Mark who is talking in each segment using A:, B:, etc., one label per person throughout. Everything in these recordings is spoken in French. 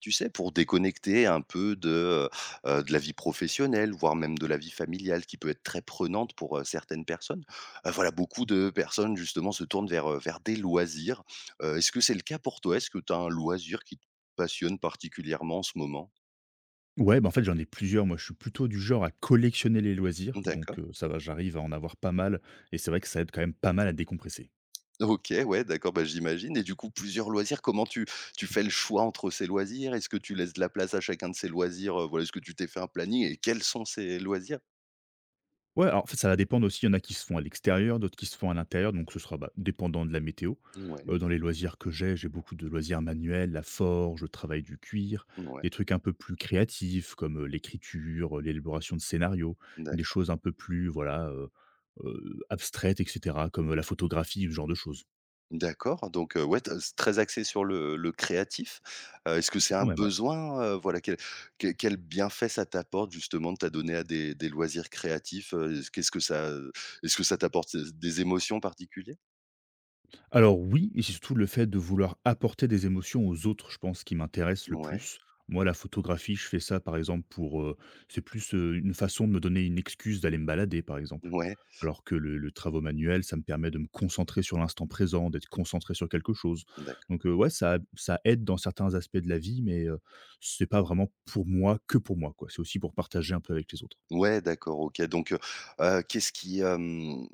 A: Tu sais, pour déconnecter un peu de de la vie professionnelle, voire même de la vie familiale qui peut être très prenante pour, certaines personnes. Voilà, Beaucoup de personnes justement se tournent vers des loisirs. Est-ce que c'est le cas pour toi? Est-ce que tu as un loisir qui te passionne particulièrement en ce moment?
B: Ouais, bah, en fait, j'en ai plusieurs. Moi, je suis plutôt du genre à collectionner les loisirs,
A: D'accord.
B: donc ça va, j'arrive à en avoir pas mal et c'est vrai que ça aide quand même pas mal à décompresser.
A: OK, ouais, d'accord, bah, j'imagine et du coup, plusieurs loisirs, comment tu fais le choix entre ces loisirs? Est-ce que tu laisses de la place à chacun de ces loisirs? Voilà, est-ce que tu t'es fait un planning et quels sont ces loisirs?
B: Ouais, alors, en fait, ça va dépendre aussi, il y en a qui se font à l'extérieur, d'autres qui se font à l'intérieur, donc ce sera, bah, dépendant de la météo.
A: Ouais,
B: Dans les loisirs que j'ai beaucoup de loisirs manuels, la forge, le travail du cuir,
A: ouais,
B: des trucs un peu plus créatifs comme, l'écriture, l'élaboration de scénarios, des
A: d'accord.
B: choses un peu plus, voilà, abstraites et cetera, comme, la photographie, ce genre de choses.
A: D'accord, donc ouais, tu c'est très axé sur le créatif. Est-ce que c'est un
B: Quand
A: Mmh.
B: même, ouais.
A: besoin, voilà, quel bienfait ça t'apporte justement de t'adonner à des loisirs créatifs, qu'est-ce que est-ce que ça t'apporte des émotions particulières?
B: Alors oui, et c'est surtout le fait de vouloir apporter des émotions aux autres, je pense, qui m'intéresse le
A: Ouais,
B: plus. Moi, la photographie, je fais ça, par exemple, pour... c'est plus une façon de me donner une excuse d'aller me balader, par exemple.
A: ouais,
B: Alors que le travaux manuel, ça me permet de me concentrer sur l'instant présent, d'être concentré sur quelque chose.
A: d'accord.
B: Donc ouais, ça aide dans certains aspects de la vie, mais c'est pas vraiment pour moi, que pour moi, quoi. C'est aussi pour partager un peu avec les autres.
A: Ouais, d'accord, OK. Donc, qu'est-ce qui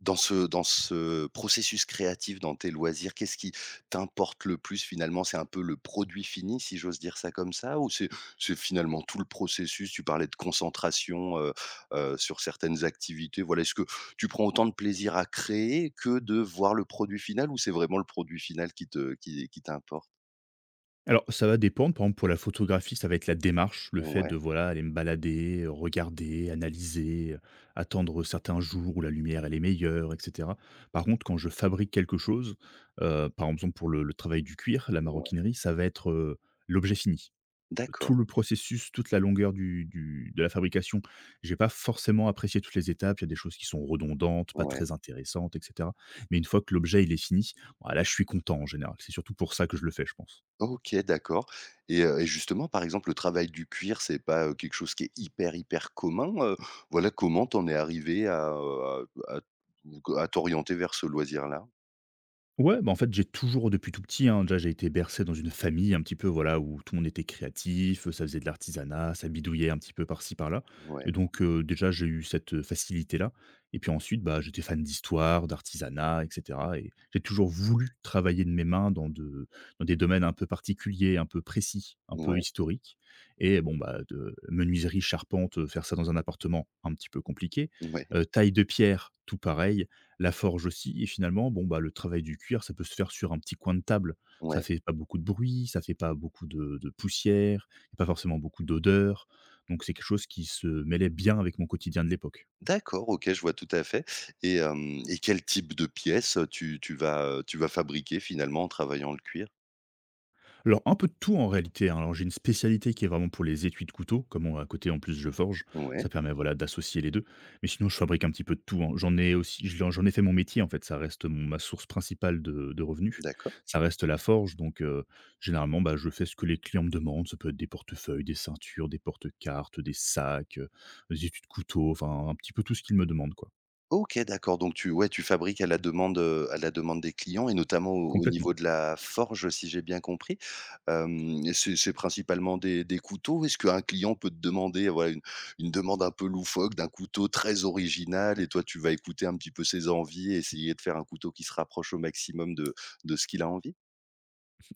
A: dans ce processus créatif, dans tes loisirs, qu'est-ce qui t'importe le plus finalement? C'est un peu le produit fini, si j'ose dire ça comme ça? Ou c'est finalement tout le processus? Tu parlais de concentration, sur certaines activités, voilà. Est-ce que tu prends autant de plaisir à créer que de voir le produit final ou c'est vraiment le produit final qui te qui t'importe?
B: Alors, ça va dépendre. Par exemple, pour la photographie, ça va être la démarche, le fait
A: Ouais,
B: de voilà, aller me balader, regarder, analyser, attendre certains jours où la lumière elle est meilleure et cetera. Par contre, quand je fabrique quelque chose, par exemple pour le travail du cuir, la
A: ouais.
B: maroquinerie, ça va être, l'objet fini. Tout
A: D'accord,
B: le processus, toute la longueur du de la fabrication, j'ai pas forcément apprécié toutes les étapes. Il y a des choses qui sont redondantes, pas
A: ouais.
B: très intéressantes et cetera. Mais une fois que l'objet il est fini, bah, là je suis content en général. C'est surtout pour ça que je le fais, je pense.
A: OK, d'accord et justement, par exemple, le travail du cuir, c'est pas, quelque chose qui est hyper, hyper commun, voilà, comment t'en es arrivé à, à t'orienter vers ce loisir-là?
B: Ouais, bah, en fait, j'ai toujours depuis tout petit, hein, déjà j'ai été bercé dans une famille un petit peu, voilà, où tout le monde était créatif, ça faisait de l'artisanat, ça bidouillait un petit peu par-ci par-là.
A: Ouais,
B: Et donc déjà j'ai eu cette, facilité-là. Et puis ensuite, bah, j'étais fan d'histoire, d'artisanat, et cetera et j'ai toujours voulu travailler de mes mains dans des domaines un peu particuliers, un peu précis, un peu
A: ouais,
B: historiques. Et bon, bah, de menuiserie, charpente, faire ça dans un appartement, un petit peu compliqué.
A: ouais,
B: Taille de pierre, tout pareil la forge aussi et finalement, bon, bah, le travail du cuir, ça peut se faire sur un petit coin de table. Ça
A: ouais.
B: fait pas beaucoup de bruit, ça fait pas beaucoup de poussière, y a pas forcément beaucoup d'odeur, donc c'est quelque chose qui se mêlait bien avec mon quotidien de l'époque.
A: D'accord, OK, je vois tout à fait et hem et quel type de pièces, tu vas fabriquer finalement en travaillant le cuir?
B: Alors, un peu de tout en réalité, hein. Alors, j'ai une spécialité qui est vraiment pour les étuis de couteau, à côté en plus je forge,
A: Ouais,
B: ça permet voilà d'associer les deux. Mais sinon, je fabrique un petit peu de tout, hein. J'en ai aussi, j'en ai fait mon métier en fait. Ça reste ma source principale de revenus.
A: d'accord.
B: Ça reste la forge, donc généralement, bah, je fais ce que les clients me demandent. Ça peut être des portefeuilles, des ceintures, des porte-cartes, des sacs, des étuis de couteau, enfin un petit peu tout ce qu'ils me demandent quoi.
A: OK, d'accord, donc tu ouais, tu fabriques à la demande des clients et notamment au
B: Complètement.
A: niveau de la forge, si j'ai bien compris. Hem, c'est principalement des couteaux? Est-ce qu'un client peut te demander, voilà, une demande un peu loufoque d'un couteau très original et toi, tu vas écouter un petit peu ses envies et essayer de faire un couteau qui se rapproche au maximum de ce qu'il a envie?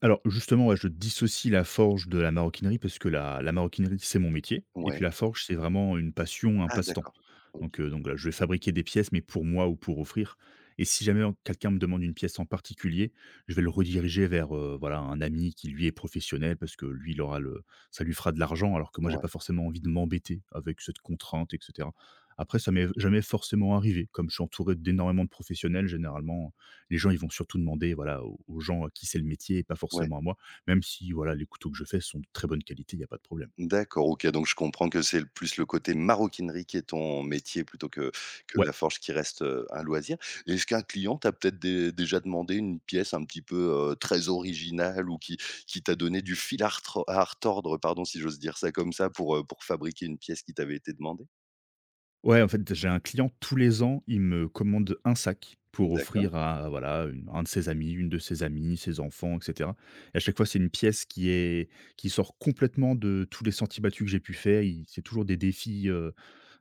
B: Alors justement, ouais, je dissocie la forge de la maroquinerie parce que la maroquinerie, c'est mon métier et
A: Ouais.
B: puis la forge, c'est vraiment une passion, un
A: Ah
B: passe-temps.
A: d'accord. OK.
B: Donc voilà, je vais fabriquer des pièces, mais pour moi ou pour offrir et si jamais quelqu'un me demande une pièce en particulier, je vais le rediriger vers, voilà, un ami qui lui est professionnel parce que lui, il aura le ça lui fera de l'argent alors que moi, j'ai
A: Ouais,
B: pas forcément envie de m'embêter avec cette contrainte et cetera. Après ça m'est jamais forcément arrivé, comme je suis entouré d'énormément de professionnels, généralement les gens, ils vont surtout demander, voilà, aux gens à qui c'est le métier et pas
A: ouais.
B: forcément à moi, même si, voilà, les couteaux que je fais sont de très bonne qualité, il n'y a pas de problème.
A: D'accord, OK, donc je comprends que c'est le plus le côté maroquinerie qui est ton métier plutôt que la forge qui reste, un loisir. Est-ce qu'un client t'a peut-être dé déjà demandé une pièce un petit peu, très originale ou qui t'a donné du fil à retro à retordre, pardon, si j'ose dire ça comme ça, pour fabriquer une pièce qui t'avait été demandée?
B: Ouais, en fait, j'ai un client tous les ans, il me commande un sac pour
A: D'accord,
B: offrir à voilà, un de ses amis, une de ses amies, ses enfants, etc. Et à chaque fois, c'est une pièce qui sort complètement de tous les sentiers battus que j'ai pu faire. C'est toujours des défis.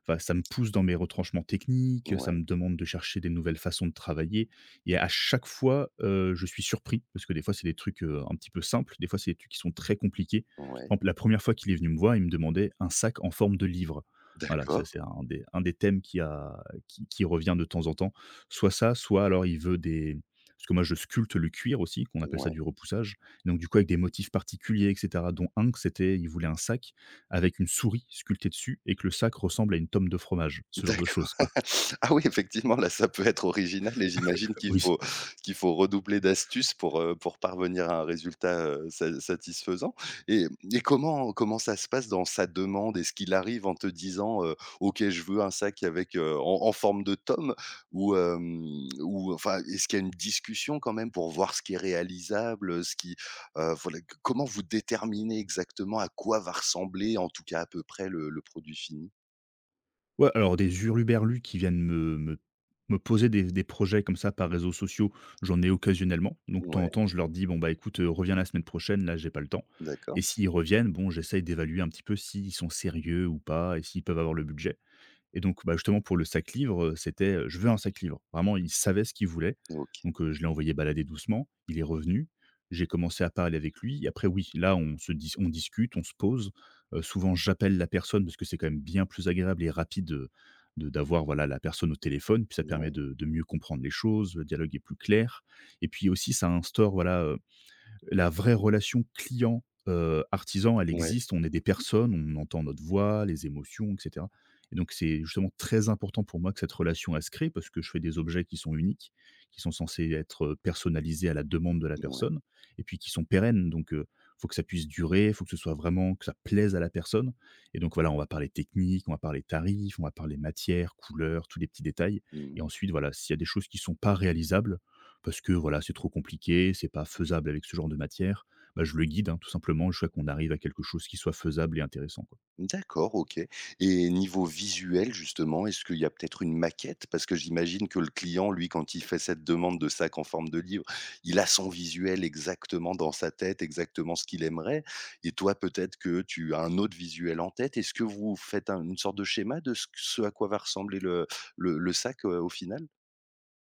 B: Enfin, ça me pousse dans mes retranchements techniques. Ça
A: ouais,
B: me demande de chercher des nouvelles façons de travailler. Et à chaque fois, je suis surpris parce que des fois, c'est des trucs un petit peu simples. Des fois, c'est des trucs qui sont très compliqués. Par
A: ouais,
B: exemple, la première fois qu'il est venu me voir, il me demandait un sac en forme de livre. Voilà, ça
A: d'accord,
B: c'est un des thèmes qui a qui qui revient de temps en temps. Soit ça, soit alors il veut des parce que moi je sculpte le cuir aussi, qu'on appelle ça
A: ouais.
B: du repoussage. Donc du coup avec des motifs particuliers et cetera, dont un que c'était il voulait un sac avec une souris sculptée dessus et que le sac ressemble à une tome de fromage, ce genre de
A: D'accord.
B: choses quoi.
A: Ah oui, effectivement, là, ça peut être original et j'imagine qu'il
B: Oui.
A: faut qu'il faut redoubler d'astuces pour parvenir à un résultat, sa satisfaisant et comment comment ça se passe dans sa demande? Est-ce qu'il arrive en te disant, «OK, je veux un sac avec, en en forme de tome» ou ou enfin, est-ce qu'il y a une discussion quand même pour voir ce qui est réalisable, ce qui, voilà, c comment vous déterminez exactement à quoi va ressembler, en tout cas à peu près, le produit fini?
B: Ouais, alors des hurluberlus qui viennent me poser des projets comme ça par réseaux sociaux, j'en ai occasionnellement. Donc, de temps en
A: Ouais,
B: temps, je leur dis: «Bon, bah, écoute, reviens la semaine prochaine, là, j'ai pas le temps»
A: d'accord.
B: et s'ils reviennent, bon, j'essaye d'évaluer un petit peu s'ils sont sérieux ou pas et s'ils peuvent avoir le budget et donc, bah, justement, pour le sac livre, c'était: «Je veux un sac livre. Vraiment, il savait ce qu'il voulait.
A: OK,
B: Donc, je l'ai envoyé balader doucement. Il est revenu. J'ai commencé à parler avec lui et après oui, là, on discute, on se pose. Souvent, j'appelle la personne parce que c'est quand même bien plus agréable et rapide, de d'avoir, voilà, la personne au téléphone. Puis ça permet
A: ouais,
B: de mieux comprendre les choses, le dialogue est plus clair et puis aussi ça instaure, voilà, la vraie relation client, artisan, elle
A: ouais,
B: existe. On est des personnes, on entend notre voix, les émotions, et cetera et donc c'est justement très important pour moi que cette relation, elle se crée parce que je fais des objets qui sont uniques, qui sont censés être, personnalisés à la demande de la
A: ouais.
B: personne et puis qui sont pérennes. Donc, faut que ça puisse durer, il faut que ce soit vraiment que ça plaise à la personne et donc voilà, on va parler technique, on va parler tarifs, on va parler matière, couleur, tous les petits détails
A: Mmh.
B: et ensuite voilà, s'il y a des choses qui sont pas réalisables, parce que voilà, c'est trop compliqué, c'est pas faisable avec ce genre de matière, bah, je le guide, hein, tout simplement, jusqu'à qu'on arrive à quelque chose qui soit faisable et intéressant, quoi.
A: D'accord, OK et niveau visuel justement, est-ce qu'il y a peut-être une maquette? Parce que j'imagine que le client, lui, quand il fait cette demande de sac en forme de livre, il a son visuel exactement dans sa tête, exactement ce qu'il aimerait et toi, peut-être que tu as un autre visuel en tête. Est-ce que vous faites un une sorte de schéma de ce à quoi va ressembler le sac, au final?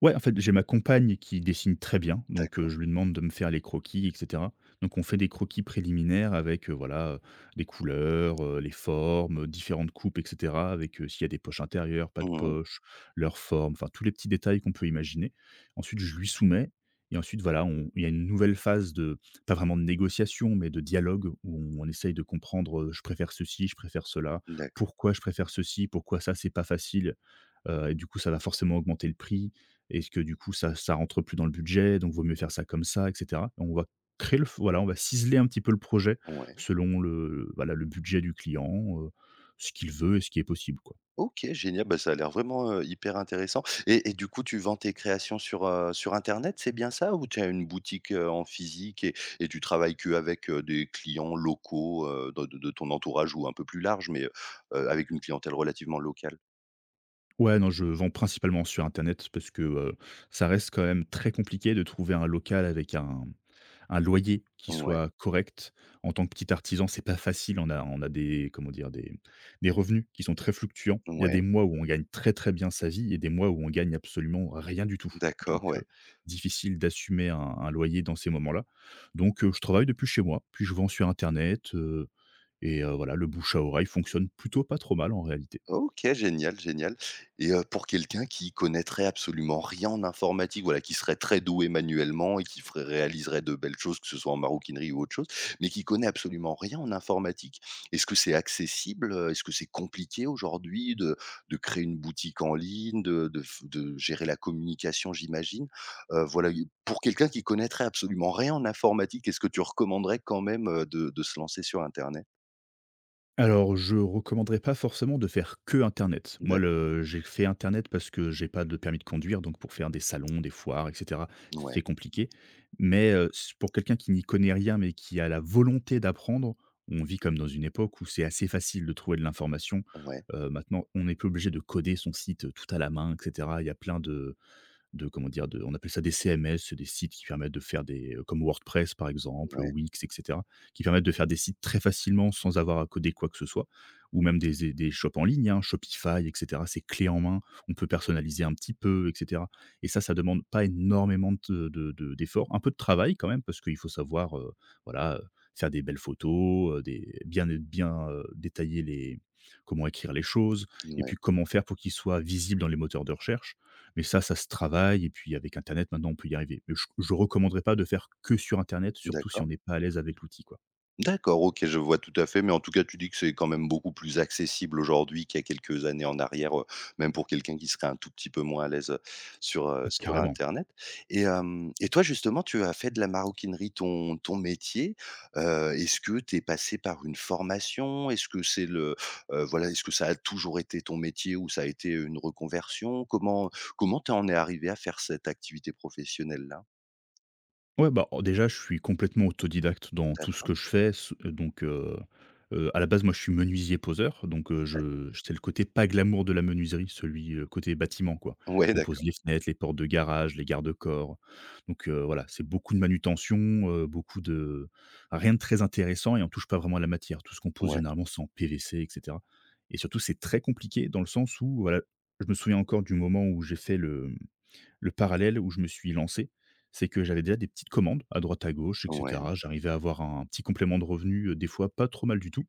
B: Ouais, en fait, j'ai ma compagne qui dessine très bien, donc
A: D'accord.
B: je lui demande de me faire les croquis et cetera. Donc on fait des croquis préliminaires avec, voilà, les couleurs, les formes, différentes coupes et cetera avec, s'il y a des poches intérieures, pas de
A: Mmh
B: poches, leur forme, enfin tous les petits détails qu'on peut imaginer. Ensuite, je lui soumets et ensuite voilà, on il y a une nouvelle phase de pas vraiment de négociation, mais de dialogue où on essaye de comprendre, je préfère ceci, je préfère cela,
A: D'accord,
B: pourquoi je préfère ceci, pourquoi ça c'est pas facile? Et du coup, ça va forcément augmenter le prix. Est-ce que du coup, ça rentre plus dans le budget, donc vaut mieux faire ça comme ça et cetera. On va ciseler un petit peu le projet
A: ouais.
B: selon le budget du client, ce qu'il veut et ce qui est possible, quoi.
A: OK, génial, bah, ça a l'air vraiment, hyper intéressant et du coup, tu vends tes créations sur, sur internet, c'est bien ça? Ou tu as une boutique, en physique et tu travailles qu'avec, des clients locaux, de ton entourage ou un peu plus large, mais, avec une clientèle relativement locale?
B: Ouais, non, je vends principalement sur internet parce que, ça reste quand même très compliqué de trouver un local avec un loyer qui
A: Ouais,
B: soit correct. En tant que petit artisan, c'est pas facile, on a des comment dire? Des revenus qui sont très fluctuants. Il y a
A: ouais,
B: des mois où on gagne très, très bien sa vie et des mois où on gagne absolument rien du tout. Donc
A: d'accord, ouais.
B: difficile d'assumer un loyer dans ces moments-là. Je travaille depuis chez moi, puis je vends sur internet, voilà, le bouche à oreille fonctionne plutôt pas trop mal en réalité.
A: OK, génial, génial et pour quelqu'un qui connaîtrait absolument rien en informatique, voilà, qui serait très doué manuellement et qui ferait réaliserait de belles choses, que ce soit en maroquinerie ou autre chose, mais qui connaît absolument rien en informatique, est-ce que c'est accessible, heu? Est-ce que c'est compliqué aujourd'hui de créer une boutique en ligne, de gérer la communication, j'imagine? Voilà, u pour quelqu'un qui connaîtrait absolument rien en informatique, est-ce que tu recommanderais quand même, de se lancer sur internet?
B: Alors, je recommanderais pas forcément de faire que internet. Moi,
A: D'accord.
B: le j'ai fait internet parce que j'ai pas de permis de conduire, donc pour faire des salons, des foires, et cetera,
A: Ouais,
B: c'est compliqué. Mais, s pour quelqu'un qui n'y connaît rien, mais qui a la volonté d'apprendre, on vit comme dans une époque où c'est assez facile de trouver de l'information.
A: ouais,
B: Maintenant, on n'est plus obligé de coder son site, tout à la main, et cetera. Il y a plein de comment dire? De, on appelle ça des CMS, des sites qui permettent de faire des, comme WordPress par exemple,
A: ouais,
B: Wix et cetera, qui permettent de faire des sites très facilement sans avoir à coder quoi que ce soit ou même des shops en ligne, hein, Shopify et cetera. C'est clé en main, on peut personnaliser un petit peu et cetera, et ça demande pas énormément de d'efforts, un peu de travail quand même parce qu'il faut savoir, voilà, faire des belles photos, des bien é bien, détailler les, comment écrire les choses, et
A: ouais,
B: puis comment faire pour qu'ils soient visibles dans les moteurs de recherche, mais ça se travaille et puis avec internet, maintenant, on peut y arriver. Mais je recommanderais pas de faire que sur internet, surtout si
A: d'accord.
B: on n'est pas à l'aise avec l'outil, quoi.
A: D'accord, OK, je vois tout à fait, mais en tout cas, tu dis que c'est quand même beaucoup plus accessible aujourd'hui qu'il y a quelques années en arrière, même pour quelqu'un qui serait un tout petit peu moins à l'aise,
B: Ah,
A: sur
B: carrément.
A: internet et hem et toi, justement, tu as fait de la maroquinerie ton métier, est-ce que tu es passé par une formation? Est-ce que c'est le voilà, est-ce que ça a toujours été ton métier ou ça a été une reconversion? Comment comment t'en es arrivé à faire cette activité professionnelle-là?
B: Ouais, bah, en déjà, je suis complètement autodidacte dans tout ce
A: D'accord,
B: que je fais, s donc à la base, moi, je suis menuisier poseur, donc
A: d'accord.
B: je c'est le côté pas glamour de la menuiserie, celui, côté bâtiment, quoi.
A: Ouais,
B: On pose
A: d'accord.
B: les fenêtres, les portes de garage, les garde-corps, voilà, c'est beaucoup de manutention, beaucoup de rien de très intéressant et on touche pas vraiment à la matière. Tout ce qu'on pose,
A: Ouais,
B: généralement, c'est en PVC et cetera, et surtout, c'est très compliqué dans le sens où, voilà, je me souviens encore du moment où j'ai fait le parallèle où je me suis lancé, c'est que j'avais déjà des petites commandes à droite à gauche et
A: ouais,
B: cetera. J'arrivais à avoir un petit complément de revenu, des fois pas trop mal du tout.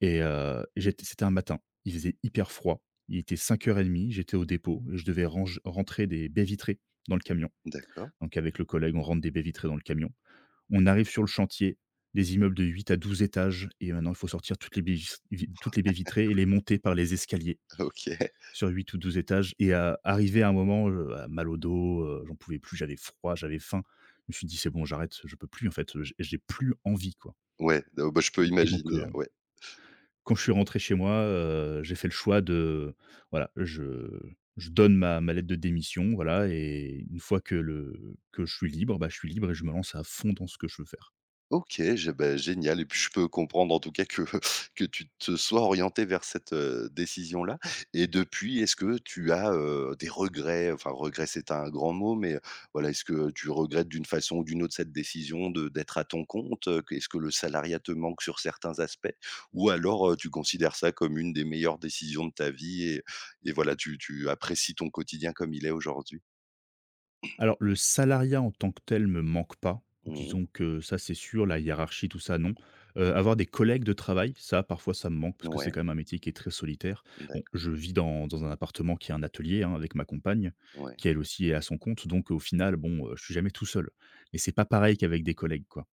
B: Et j'étais C'était un matin, il faisait hyper froid, il était 5:30, j'étais au dépôt et je devais range rentrer des baies vitrées dans le camion.
A: d'accord.
B: Donc avec le collègue, on rentre des baies vitrées dans le camion. On arrive sur le chantier, des immeubles de 8 à 12 étages et maintenant il faut sortir toutes les baies vitrées et les monter par les escaliers
A: OK.
B: sur 8 ou 12 étages et à arrivé à un moment, à mal au dos, j'en pouvais plus, j'avais froid, j'avais faim. Je me suis dit: «C'est bon, j'arrête, je peux plus en fait, j'ai plus envie quoi».
A: Ouais, bah, je peux
B: et donc
A: imaginer,
B: heu,
A: ouais.
B: Quand je suis rentré chez moi, j'ai fait le choix de voilà, je donne ma lettre de démission, voilà, et une fois que le que je suis libre, bah, je suis libre et je me lance à fond dans ce que je veux faire.
A: OK, gé bah, génial et puis je peux comprendre en tout cas que que tu te sois orienté vers cette, décision-là et depuis, est-ce que tu as, des regrets? Enfin, regrets, c'est un grand mot, mais, voilà, est-ce que tu regrettes d'une façon ou d'une autre cette décision de d'être à ton compte? Est-ce que le salariat te manque sur certains aspects? Ou alors, tu considères ça comme une des meilleures décisions de ta vie et voilà, tu apprécies ton quotidien comme il est aujourd'hui?
B: Alors, le salariat en tant que tel me manque pas.
A: Mmh
B: Disons que ça, c'est sûr, la hiérarchie, tout ça, non. Avoir des collègues de travail, ça, parfois, ça me manque parce que c'est
A: Ouais,
B: quand même un métier qui est très solitaire. Bon,
A: d'accord,
B: je vis dans un appartement qui a un atelier, hein, avec ma compagne,
A: ouais.
B: qui elle aussi est à son compte, donc au final, bon, je suis jamais tout seul. Mais c'est pas pareil qu'avec des collègues, quoi,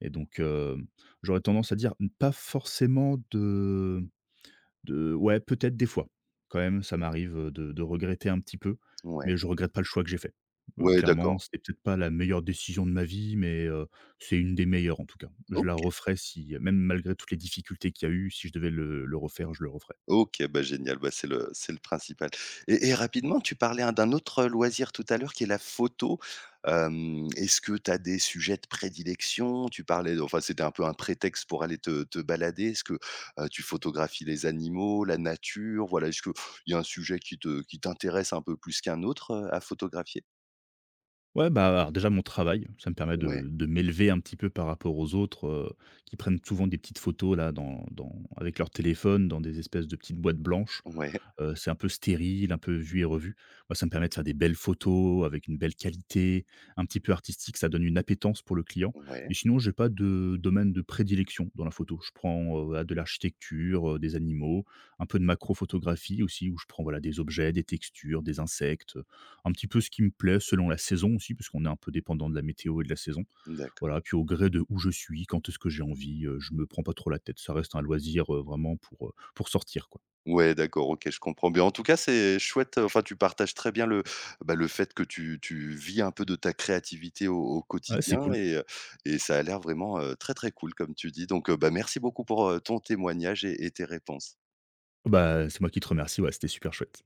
B: et donc, j'aurais tendance à dire, pas forcément de ouais, peut-être des fois. Quand même, ça m'arrive, de regretter un petit peu,
A: Ouais.
B: mais je regrette pas le choix que j'ai fait.
A: Ouais,
B: Clairement,
A: d'accord.
B: c'était peut-être pas la meilleure décision de ma vie, mais c'est une des meilleures en tout cas. Je la
A: OK.
B: referais, si même malgré toutes les difficultés qu'il y a eu, si je devais le refaire, je le referais.
A: OK, bah, génial, bah, c'est le principal et rapidement, tu parlais, hein, d'un autre loisir tout à l'heure qui est la photo. Hem, est-ce que tu as des sujets de prédilection? Tu parlais enfin, c'était un peu un prétexte pour aller te balader. Est-ce que, tu photographies les animaux, la nature? Voilà, est-ce qu'il y a un sujet qui t'intéresse un peu plus qu'un autre, à photographier?
B: Ouais, bah, alors déjà mon travail, ça me permet
A: Ouais,
B: de m'élever un petit peu par rapport aux autres, qui prennent souvent des petites photos là dans avec leur téléphone, dans des espèces de petites boîtes blanches.
A: ouais,
B: C'est un peu stérile, un peu vu et revu. Moi, ça me permet de faire des belles photos avec une belle qualité, un petit peu artistique. Ça donne une appétence pour le client et
A: ouais,
B: sinon, j'ai pas de domaine de prédilection dans la photo. Je prends, voilà, de l'architecture, des animaux, un peu de macrophotographie aussi où je prends, voilà, des objets, des textures, des insectes, un petit peu ce qui me plaît selon la saison aussi parce qu'on est un peu dépendant de la météo et de la saison.
A: d'accord.
B: Voilà, puis au gré de où je suis, quand est-ce que j'ai envie, je me prends pas trop la tête. Ça reste un loisir, vraiment pour sortir, quoi.
A: Ouais, d'accord, OK, je comprends bien. En tout cas, c'est chouette, enfin, tu partages très bien le, bah, le fait que tu vis un peu de ta créativité au
B: Ouais, c'est
A: quotidien
B: cool.
A: et ça a l'air vraiment, très, très cool comme tu dis. Donc bah, merci beaucoup pour, ton témoignage et tes réponses.
B: Bah, c'est moi qui te remercie, ouais, c'était super chouette.